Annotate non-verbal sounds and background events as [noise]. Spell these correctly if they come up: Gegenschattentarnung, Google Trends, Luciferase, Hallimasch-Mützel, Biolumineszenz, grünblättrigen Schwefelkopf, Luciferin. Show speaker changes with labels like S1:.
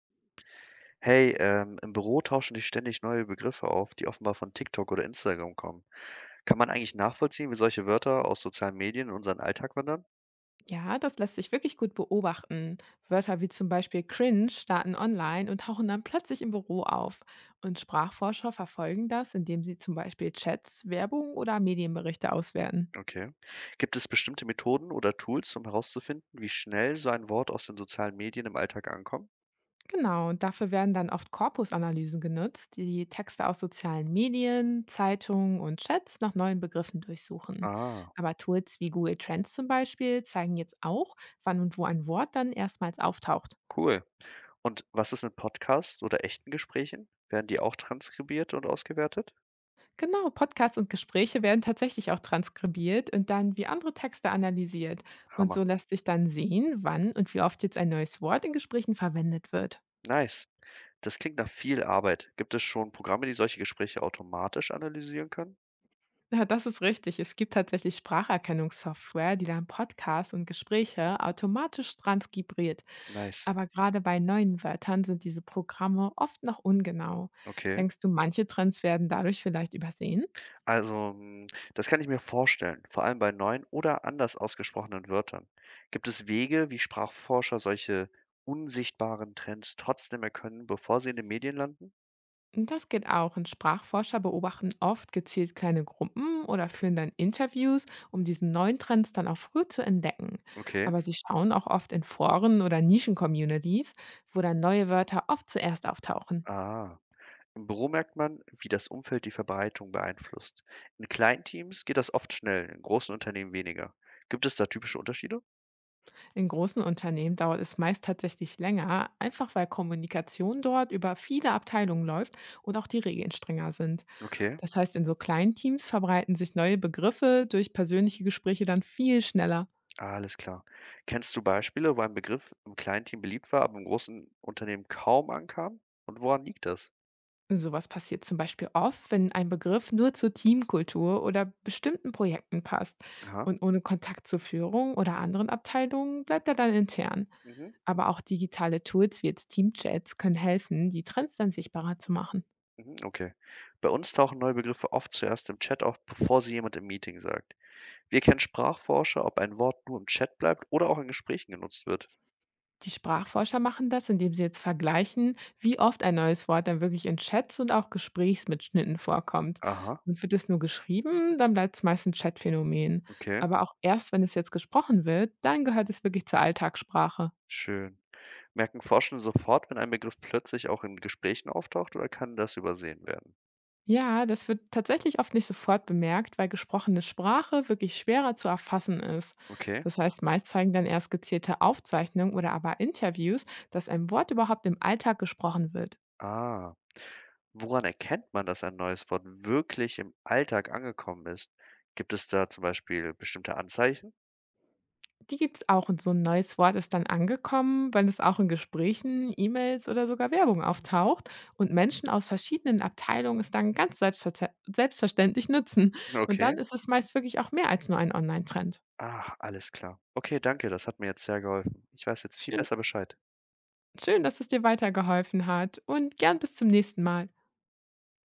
S1: Hey, im Büro tauschen sich ständig neue Begriffe auf, die offenbar von TikTok oder Instagram kommen. Kann man eigentlich nachvollziehen, wie solche Wörter aus sozialen Medien in unseren Alltag wandern?
S2: Ja, das lässt sich wirklich gut beobachten. Wörter wie zum Beispiel cringe starten online und tauchen dann plötzlich im Büro auf. Und Sprachforscher verfolgen das, indem sie zum Beispiel Chats, Werbung oder Medienberichte auswerten.
S1: Okay. Gibt es bestimmte Methoden oder Tools, um herauszufinden, wie schnell so ein Wort aus den sozialen Medien im Alltag ankommt?
S2: Genau, und dafür werden dann oft Korpusanalysen genutzt, die Texte aus sozialen Medien, Zeitungen und Chats nach neuen Begriffen durchsuchen.
S1: Ah,
S2: Aber Tools wie Google Trends zum Beispiel zeigen jetzt auch, wann und wo ein Wort dann erstmals auftaucht.
S1: cool. Und was ist mit Podcasts oder echten Gesprächen? Werden die auch transkribiert und ausgewertet?
S2: Genau, Podcasts und Gespräche werden tatsächlich auch transkribiert und dann wie andere Texte analysiert. Und
S1: Hammer.
S2: so lässt sich dann sehen, wann und wie oft jetzt ein neues Wort in Gesprächen verwendet wird. [laughs]
S1: Nice. Das klingt nach viel Arbeit. Gibt es schon Programme, die solche Gespräche automatisch analysieren können?
S2: Ja, das ist richtig. Es gibt tatsächlich Spracherkennungssoftware, die dann Podcasts und Gespräche automatisch transkribiert.
S1: Nice.
S2: Aber gerade bei neuen Wörtern sind diese Programme oft noch ungenau.
S1: Okay.
S2: Denkst du, manche Trends werden dadurch vielleicht übersehen?
S1: Also, das kann ich mir vorstellen, vor allem bei neuen oder anders ausgesprochenen Wörtern. Gibt es Wege, wie Sprachforscher solche unsichtbaren Trends trotzdem erkennen, bevor sie in den Medien landen?
S2: Das geht auch. Und Sprachforscher beobachten oft gezielt kleine Gruppen oder führen dann Interviews, um diesen neuen Trends dann auch früh zu entdecken.
S1: Okay.
S2: Aber sie schauen auch oft in Foren oder Nischen-Communities, wo dann neue Wörter oft zuerst auftauchen.
S1: Ah. Im Büro merkt man, wie das Umfeld die Verbreitung beeinflusst. In kleinen Teams geht das oft schnell, in großen Unternehmen weniger. Gibt es da typische Unterschiede?
S2: In großen Unternehmen dauert es meist tatsächlich länger, einfach weil Kommunikation dort über viele Abteilungen läuft und auch die Regeln strenger sind.
S1: Okay,
S2: Das heißt, in so kleinen Teams verbreiten sich neue Begriffe durch persönliche Gespräche dann viel schneller.
S1: alles klar. Kennst du Beispiele, wo ein Begriff im kleinen Team beliebt war, aber im großen Unternehmen kaum ankam? Und woran liegt das?
S2: Sowas passiert zum Beispiel oft, wenn ein Begriff nur zur Teamkultur oder bestimmten Projekten passt
S1: Aha.
S2: und ohne Kontakt zur Führung oder anderen Abteilungen bleibt er dann intern.
S1: Mhm.
S2: Aber auch digitale Tools wie jetzt Teamchats können helfen, die Trends dann sichtbarer zu machen.
S1: Mhm, okay. Bei uns tauchen neue Begriffe oft zuerst im Chat auf, bevor sie jemand im Meeting sagt. Wir kennen Sprachforscher, ob ein Wort nur im Chat bleibt oder auch in Gesprächen genutzt wird.
S2: Die Sprachforscher machen das, indem sie jetzt vergleichen, wie oft ein neues Wort dann wirklich in Chats und auch Gesprächsmitschnitten vorkommt.
S1: Aha,
S2: Und wird es nur geschrieben, dann bleibt es meist ein Chatphänomen.
S1: okay,
S2: Aber auch erst, wenn es jetzt gesprochen wird, dann gehört es wirklich zur Alltagssprache.
S1: schön. Merken Forschende sofort, wenn ein Begriff plötzlich auch in Gesprächen auftaucht oder kann das übersehen werden?
S2: Ja, das wird tatsächlich oft nicht sofort bemerkt, weil gesprochene Sprache wirklich schwerer zu erfassen ist.
S1: Okay.
S2: Das heißt, meist zeigen dann erst gezielte Aufzeichnungen oder aber Interviews, dass ein Wort überhaupt im Alltag gesprochen wird.
S1: Ah, woran erkennt man, dass ein neues Wort wirklich im Alltag angekommen ist? Gibt es da zum Beispiel bestimmte Anzeichen?
S2: Die gibt es auch und so ein neues Wort ist dann angekommen, wenn es auch in Gesprächen, E-Mails oder sogar Werbung auftaucht und Menschen aus verschiedenen Abteilungen es dann ganz selbstverständlich nutzen. Und
S1: Okay.
S2: dann ist es meist wirklich auch mehr als nur ein Online-Trend.
S1: Ach, alles klar. Okay, danke, das hat mir jetzt sehr geholfen. Ich weiß jetzt viel
S2: Schön,
S1: besser Bescheid.
S2: Schön, dass es dir weitergeholfen hat und gern bis zum nächsten Mal.